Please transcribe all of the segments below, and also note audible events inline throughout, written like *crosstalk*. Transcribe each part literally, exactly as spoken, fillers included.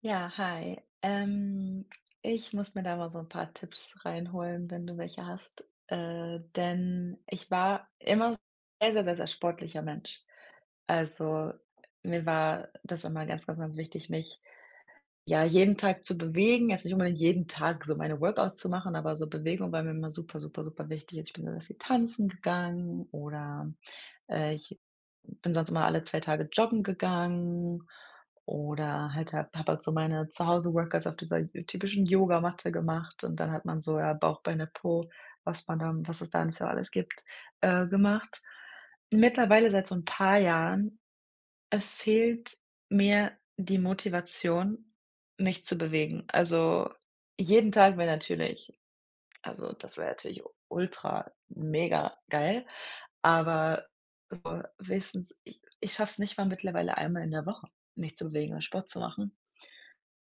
Ja, hi. Ähm, ich muss mir da mal so ein paar Tipps reinholen, wenn du welche hast. Äh, denn ich war immer sehr, sehr, sehr, sehr sportlicher Mensch. Also, mir war das immer ganz, ganz, ganz wichtig, mich, ja, jeden Tag zu bewegen. Jetzt nicht unbedingt jeden Tag so meine Workouts zu machen, aber so Bewegung war mir immer super, super, super wichtig. Also, ich bin sehr viel tanzen gegangen oder, äh, ich bin sonst immer alle zwei Tage joggen gegangen oder halt habe habe halt so meine Zuhause-Workouts auf dieser j typischen Yogamatte gemacht. Und dann hat man so, ja, Bauch, Beine, Po, was man da was es da nicht so alles gibt, äh, gemacht. Mittlerweile, seit so ein paar Jahren, äh, fehlt mir die Motivation, mich zu bewegen. Also, jeden Tag wäre natürlich, also, das wäre natürlich ultra mega geil, aber wenigstens, ich ich schaffe es nicht mal mittlerweile einmal in der Woche, mich zu bewegen und Sport zu machen.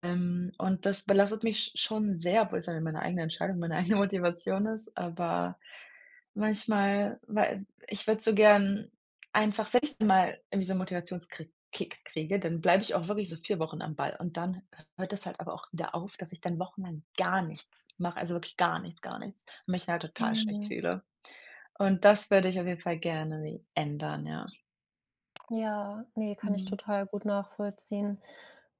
Ähm, und das belastet mich schon sehr, obwohl es ja meine eigene Entscheidung, meine *laughs* eigene Motivation ist, aber manchmal, weil ich würde so gern einfach, wenn ich dann mal irgendwie so 'n Motivationskrick Kick kriege, dann bleibe ich auch wirklich so vier Wochen am Ball und dann hört das halt aber auch wieder auf, dass ich dann wochenlang gar nichts mache, also wirklich gar nichts, gar nichts, und mich dann halt total schlecht Mhm. fühle. Und das würde ich auf jeden Fall gerne ändern, ja. Ja, nee, kann ich Mhm. total gut nachvollziehen.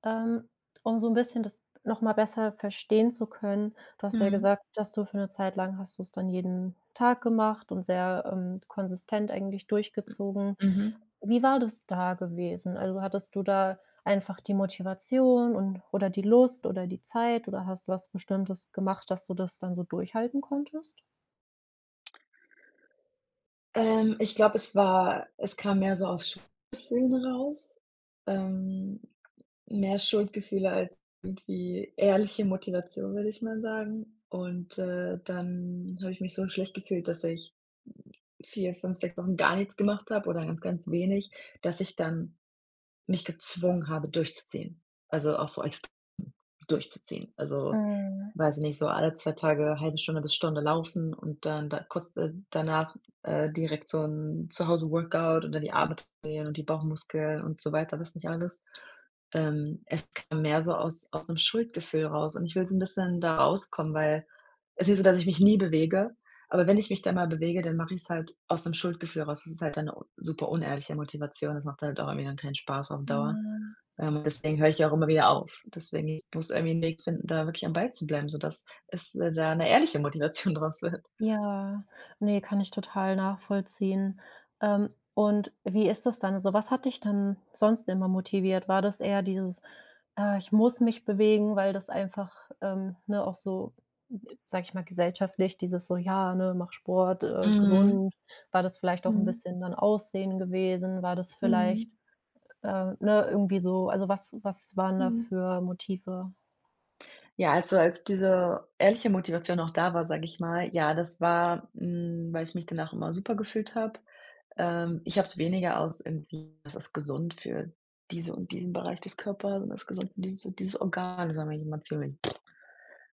Ähm, Um so ein bisschen das noch mal besser verstehen zu können, du hast ja Mhm. gesagt, dass du für eine Zeit lang hast du es dann jeden Tag gemacht und sehr, ähm, konsistent eigentlich durchgezogen. Mhm. Wie war das da gewesen? Also, hattest du da einfach die Motivation und oder die Lust oder die Zeit oder hast was Bestimmtes gemacht, dass du das dann so durchhalten konntest? Ähm, ich glaube, es war es kam mehr so aus Schuldgefühlen raus, ähm, mehr Schuldgefühle als irgendwie ehrliche Motivation, würde ich mal sagen. Und, äh, dann habe ich mich so schlecht gefühlt, dass ich vier, fünf, sechs Wochen gar nichts gemacht habe oder ganz, ganz wenig, dass ich dann mich gezwungen habe, durchzuziehen. Also, auch so extrem durchzuziehen. Also, Mhm. weiß ich nicht, so alle zwei Tage halbe Stunde bis Stunde laufen und dann da kurz da danach, äh, direkt so ein Zuhause Workout oder die Arme trainieren und die Bauchmuskeln und so weiter, was nicht alles. Ähm, es kam mehr so aus aus einem Schuldgefühl raus und ich will so ein bisschen da rauskommen, weil es ist nicht so, dass ich mich nie bewege, aber wenn ich mich dann mal bewege, dann mache ich es halt aus einem Schuldgefühl raus. Das ist halt eine u super unehrliche Motivation. Das macht halt auch irgendwie dann keinen Spaß auf Dauer. Ah. Ähm, deswegen höre ich ja auch immer wieder auf. Deswegen, ich muss irgendwie 'n Weg finden, da wirklich am Ball zu bleiben, sodass es, äh, da eine ehrliche Motivation *laughs* draus wird. Ja, ne, kann ich total nachvollziehen. Ähm, und wie ist das dann? Also, was hat dich dann sonst immer motiviert? War das eher dieses: „Ah, ich muss mich bewegen“, weil das einfach, ähm, ne, auch so, sage ich mal, gesellschaftlich dieses so: „Ja, ne, mach Sport, äh, Mhm. gesund.“ War das vielleicht auch ein Mhm. bisschen dann Aussehen gewesen? War das vielleicht, Mhm. äh, ne, irgendwie so also, was was waren da Mhm. für Motive? Ja, also, als diese ehrliche Motivation noch da war, sage ich mal, ja, das war, hm, weil ich mich danach immer super gefühlt habe. Ähm, ich habe es weniger aus irgendwie, das ist gesund für diese und diesen Bereich des Körpers und das ist gesund für dieses und dieses Organ. Das war mir immer ziemlich.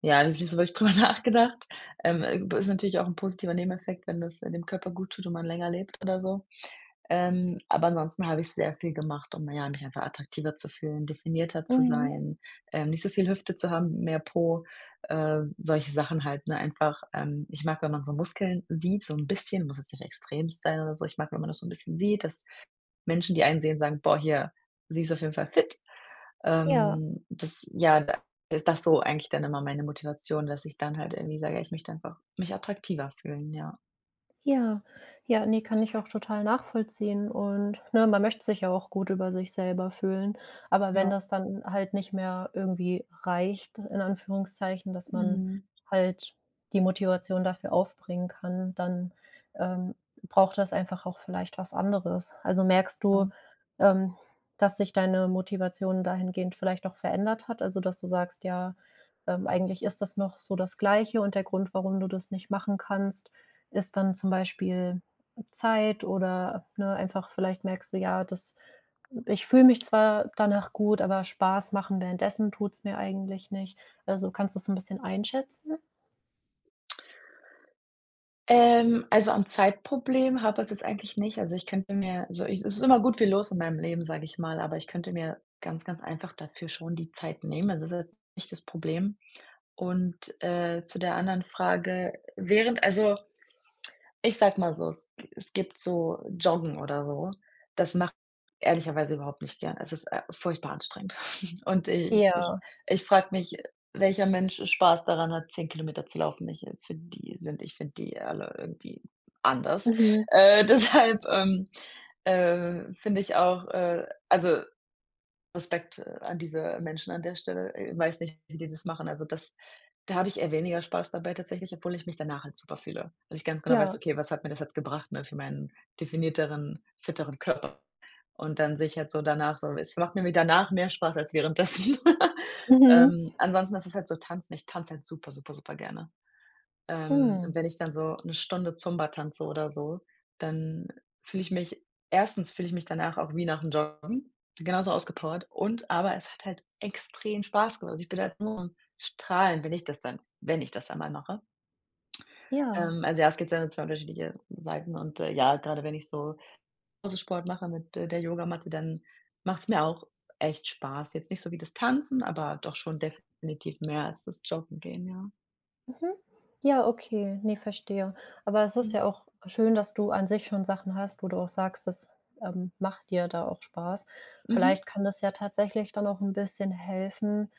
Ja, habe ich nicht so wirklich *laughs* drüber nachgedacht. Ähm, äh, ist natürlich auch 'n positiver Nebeneffekt, wenn das, äh, dem Körper gut tut und man länger lebt oder so. Ähm, aber ansonsten habe ich sehr viel gemacht, um, ja, mich einfach attraktiver zu fühlen, definierter zu Mhm. sein, ähm, nicht so viel Hüfte zu haben, mehr Po, äh, s solche Sachen halt, ne? Einfach, ähm ich mag, wenn man so Muskeln sieht, so 'n bisschen, muss jetzt nicht extremst sein oder so. Ich mag, wenn man das so 'n bisschen sieht, dass Menschen, die einen sehen, sagen: „Boah, hier, sie ist auf jeden Fall fit.“ Ja. Ähm, das, ja, da ist das so eigentlich dann immer meine Motivation, dass ich dann halt irgendwie sage: „Ja, ich möchte einfach mich attraktiver fühlen“, ja. Ja, ja, ne, kann ich auch total nachvollziehen und, ne, man möchte sich ja auch gut über sich selber fühlen. Aber wenn Ja, das dann halt nicht mehr irgendwie reicht, in Anführungszeichen, dass man mhm. halt die Motivation dafür aufbringen kann, dann, ähm, braucht das einfach auch vielleicht was anderes. Also, merkst Ja. du, ähm, dass sich deine Motivation dahingehend vielleicht auch verändert hat? Also, dass du sagst: „Ja, ähm, eigentlich ist das noch so das Gleiche und der Grund, warum du das nicht machen kannst, ist dann zum Beispiel Zeit oder, ne, einfach vielleicht merkst du, ja, das ich fühle mich zwar danach gut, aber Spaß machen währenddessen tut's mir eigentlich nicht. Also, kannst du es ein bisschen einschätzen? Ähm, also, am Zeitproblem habe es jetzt eigentlich nicht. Also, ich könnte mir so, ich, es ist immer gut viel los in meinem Leben, sage ich mal, aber ich könnte mir ganz, ganz einfach dafür schon die Zeit nehmen. Also, es ist jetzt nicht das Problem. Und, äh, zu der anderen Frage, während, also, ich sag mal so, es es gibt so Joggen oder so. Das mache ich ehrlicherweise überhaupt nicht gern. Es ist, äh, furchtbar anstrengend. *laughs* Und ich ich Ja. ich frage mich, welcher Mensch Spaß daran hat, zehn Kilometer zu laufen. Ich, äh, finde die sind ich finde die alle irgendwie anders. Mhm. Äh, *laughs* deshalb, ähm, äh, finde ich auch, äh also, Respekt, äh, an diese Menschen an der Stelle. Äh, weiß nicht, wie die das machen. Also, das, da habe ich eher weniger Spaß dabei tatsächlich, obwohl ich mich danach halt super fühle, weil ich ganz genau weiß: Ja. „Okay, was hat mir das jetzt gebracht, ne, für meinen definierteren, fitteren Körper?“ Und dann sehe ich halt so danach, so, es macht mir danach mehr Spaß als währenddessen. *laughs* Mhm. Ähm, ansonsten ist es halt so Tanzen. Ich tanze halt super, super, super gerne. Ähm, Mhm. Und wenn ich dann so eine Stunde Zumba tanze oder so, dann fühle ich mich, erstens fühle ich mich danach auch wie nach nach'm Joggen, genauso ausgepowert, und aber es hat halt extrem Spaß gemacht. Also, ich bin halt nur am Strahlen, wenn ich das dann wenn ich das dann mal mache. Ja. Ähm, also, ja, es gibt da zwei unterschiedliche Seiten und, äh, ja, gerade wenn ich so großen Sport mache mit, äh, der Yogamatte, dann macht es mir auch echt Spaß. Jetzt nicht so wie das Tanzen, aber doch schon definitiv mehr als das Joggen gehen, ja. Mhm. Ja, okay. Ne, verstehe. Aber es ist Mhm. ja auch schön, dass du an sich schon Sachen hast, wo du auch sagst, das, ähm, macht dir da auch Spaß. Mhm. Vielleicht kann das ja tatsächlich dann auch ein bisschen helfen,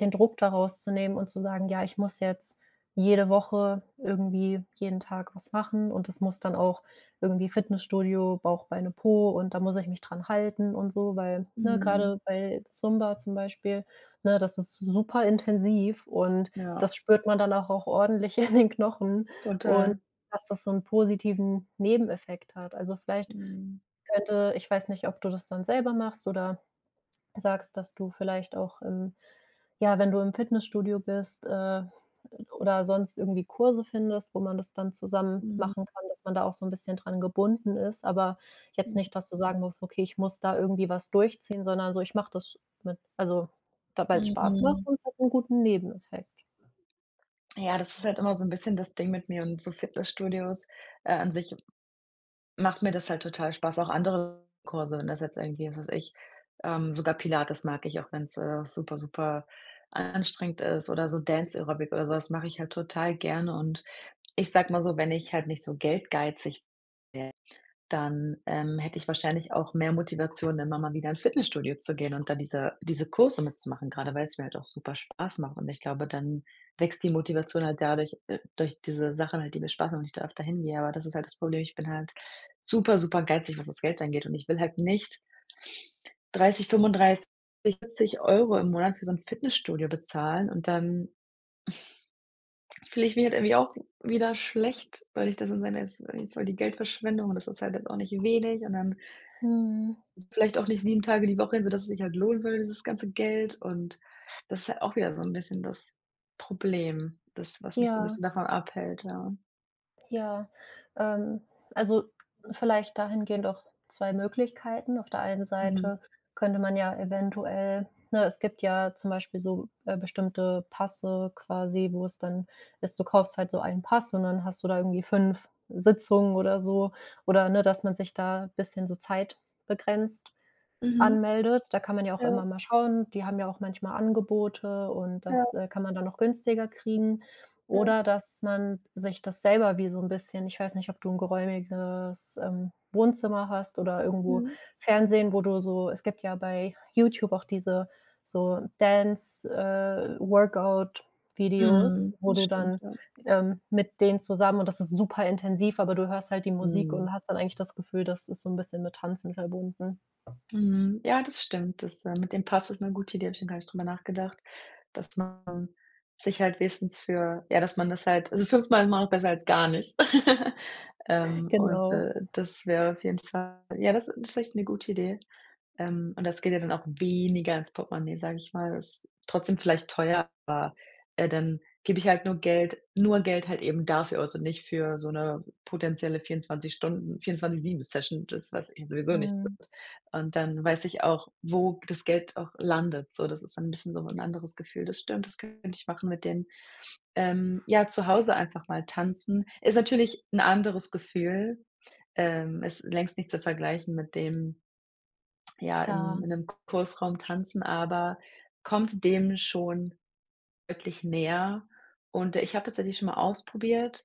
den Druck daraus zu nehmen und zu sagen: „Ja, ich muss jetzt jede Woche irgendwie jeden Tag was machen und das muss dann auch irgendwie Fitnessstudio, Bauch, Beine, Po und da muss ich mich dran halten und so“, weil, ne, Mhm. grade bei Zumba zum Beispiel, ne, das ist super intensiv und Ja. das spürt man dann auch auch ordentlich in den Knochen und Total. dass das so einen positiven Nebeneffekt hat. Also, vielleicht Mhm. könnte ich, weiß nicht, ob du das dann selber machst oder sagst, dass du vielleicht auch im, ja, wenn du im Fitnessstudio bist, äh, oder sonst irgendwie Kurse findest, wo man das dann zusammen Mhm. machen kann, dass man da auch so ein bisschen dran gebunden ist, aber jetzt Mhm. nicht, dass du sagen musst: „Okay, ich muss da irgendwie was durchziehen“, sondern so: „Ich mache das mit also, da weil's Spaß macht Mhm. und es hat einen guten Nebeneffekt.“ Ja, das ist halt immer so 'n bisschen das Ding mit mir und so Fitnessstudios, äh, an sich macht mir das halt total Spaß, auch andere Kurse, wenn das jetzt irgendwie, was weiß ich, ähm, sogar Pilates mag ich, auch wenn's, äh, super, super anstrengend ist, oder so Dance Aerobic oder so was mache ich halt total gerne. Und ich sage mal so, wenn ich halt nicht so geldgeizig, dann, ähm, hätte ich wahrscheinlich auch mehr Motivation, immer mal wieder ins Fitnessstudio zu gehen und da diese diese Kurse mitzumachen, gerade weil es mir halt auch super Spaß macht. Und ich glaube, dann wächst die Motivation halt dadurch, äh, durch diese Sachen halt, die mir Spaß machen und ich da öfter hingehe. Aber das ist halt das Problem. Ich bin halt super, super geizig, was das Geld angeht, und ich will halt nicht dreißig, fünfunddreißig, vierzig Euro im Monat für so ein Fitnessstudio bezahlen und dann fühle ich mich halt irgendwie auch wieder schlecht, weil ich das dann meine, ist irgendwie voll die Geldverschwendung und das ist halt jetzt auch nicht wenig und dann Mhm. vielleicht auch nicht sieben Tage die Woche hin, sodass es sich halt lohnen würde, dieses ganze Geld. Und das ist halt auch wieder so ein bisschen das Problem, das, was mich so 'n Ja. bisschen davon abhält, ja. Ja, ähm, also vielleicht dahingehend auch zwei Möglichkeiten. Auf der einen Mhm. Seite könnte man ja eventuell, ne, es gibt ja zum Beispiel so, äh, bestimmte Pässe quasi, wo es dann ist, du kaufst halt so einen Pass und dann hast du da irgendwie fünf Sitzungen oder so oder, ne, dass man sich da ein bisschen so Zeit begrenzt Mhm. anmeldet. Da kann man ja auch Ja, immer mal schauen. Die haben ja auch manchmal Angebote und ja, das, äh, kann man dann noch günstiger kriegen. ja. Oder dass man sich das selber wie so ein bisschen, ich weiß nicht, ob du ein geräumiges, ähm, Wohnzimmer hast oder irgendwo Mhm. Fernsehen, wo du so, es gibt ja bei YouTube auch diese so Dance, äh, Workout Videos, Mhm. wo Das du stimmt, dann, ja. ähm, mit denen zusammen und das ist super intensiv, aber du hörst halt die Musik Mhm. und hast dann eigentlich das Gefühl, das ist so ein bisschen mit Tanzen verbunden. Mhm. Ja, das stimmt. Das, äh, mit dem Pass ist 'ne gute Idee, habe ich noch gar nicht drüber nachgedacht, dass man sich halt wenigstens für, ja, dass man das halt, also, fünfmal, immer noch besser als gar nicht. *laughs* Ähm, und, Genau. Äh, das wäre auf jeden Fall, ja, das, das ist echt 'ne gute Idee. Ähm, und das geht ja dann auch weniger ins Portemonnaie, sage ich mal. Ist trotzdem vielleicht teuer, äh, dann gebe ich halt nur Geld nur Geld halt eben dafür aus und nicht für so eine potenzielle vierundzwanzig Stunden vierundzwanzig sieben session, das, was eh sowieso nichts Mhm, wird. Und dann weiß ich auch, wo das Geld auch landet. So, das ist dann ein bisschen so ein anderes Gefühl. Das stimmt, das könnte ich machen mit den, ähm, ja, zu Hause einfach mal tanzen. Ist natürlich ein anderes Gefühl, ähm, ist längst nicht zu vergleichen mit dem, ja, im klar. in einem Kursraum tanzen, aber kommt dem schon deutlich näher. Und, äh, ich habe tatsächlich schon mal ausprobiert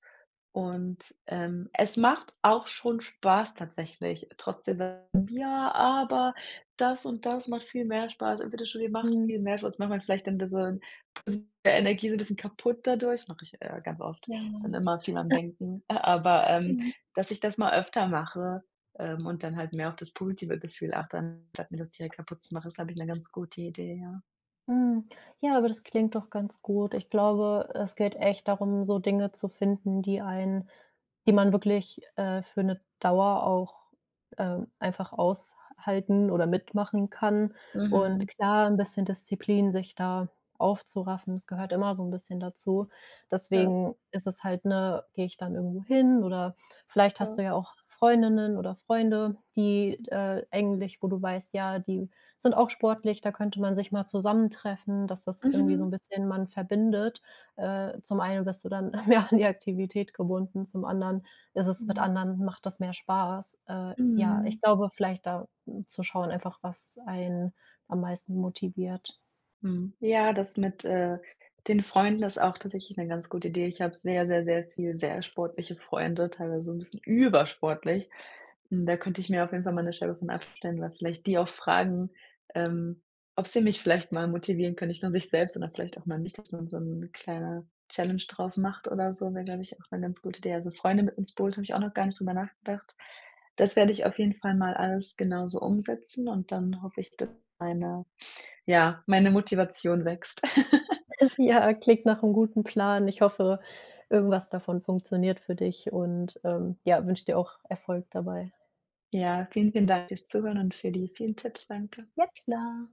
und, ähm, es macht auch schon Spaß tatsächlich. Trotzdem sagen: „Ja, aber das und das macht viel mehr Spaß.“ Im Fitnessstudio macht Mhm, viel mehr Spaß. Macht man vielleicht dann diese positive Energie so ein bisschen kaputt dadurch, mache ich, äh, ganz oft, ja. dann immer viel am Denken. *laughs* Äh, aber, ähm, dass ich das mal öfter mache, ähm, und dann halt mehr auf das positive Gefühl achte, anstatt mir das direkt kaputt zu machen, ist, glaube ich, eine ganz gute Idee, ja. Mhm. Ja, aber das klingt doch ganz gut. Ich glaube, es geht echt darum, so Dinge zu finden, die einen die man wirklich, äh, für 'ne Dauer auch, ähm, einfach aushalten oder mitmachen kann. Und Mhm. klar, 'n bisschen Disziplin, sich da aufzuraffen, das gehört immer so 'n bisschen dazu. Ja, Deswegen ist es halt, ne, gehe ich dann irgendwo hin oder vielleicht hast ja. du ja auch Freundinnen oder Freunde, die, äh, eigentlich, wo du weißt, ja, die sind auch sportlich, da könnte man sich mal zusammentreffen, dass das irgendwie so 'n Mhm. bisschen man verbindet. Äh, zum einen bist du dann *laughs* mehr an die Aktivität gebunden, zum anderen ist es mit Mhm. anderen, macht das mehr Spaß. Äh, ja, ich Mhm. glaube, vielleicht da, hm, zu schauen einfach, was einen am meisten motiviert. Mhm. Ja, das mit, äh, den Freunden ist auch tatsächlich eine ganz gute Idee. Ich habe sehr, sehr, sehr viel sehr sportliche Freunde, teilweise so ein bisschen übersportlich. Hm, da könnte ich mir auf jeden Fall mal 'ne Scheibe von abstellen, weil vielleicht die auch fragen, ähm, ob sie mich vielleicht mal motivieren können, nicht nur sich selbst, sondern vielleicht auch mal mich, dass man so 'ne kleine Challenge draus macht oder so, wäre, glaube ich, auch eine ganz gute Idee. Also, Freunde mit ins Boot, habe ich auch noch gar nicht drüber nachgedacht. Das werde ich auf jeden Fall mal alles genauso umsetzen und dann hoffe ich, dass meine, ja, meine Motivation wächst. *laughs* *laughs* Ja, klingt nach 'nem guten Plan. Ich hoffe, irgendwas davon funktioniert für dich und, ähm, ja, wünsche dir auch Erfolg dabei. Ja, vielen, vielen Dank fürs Zuhören und für die vielen Tipps. Danke. Ja, klar.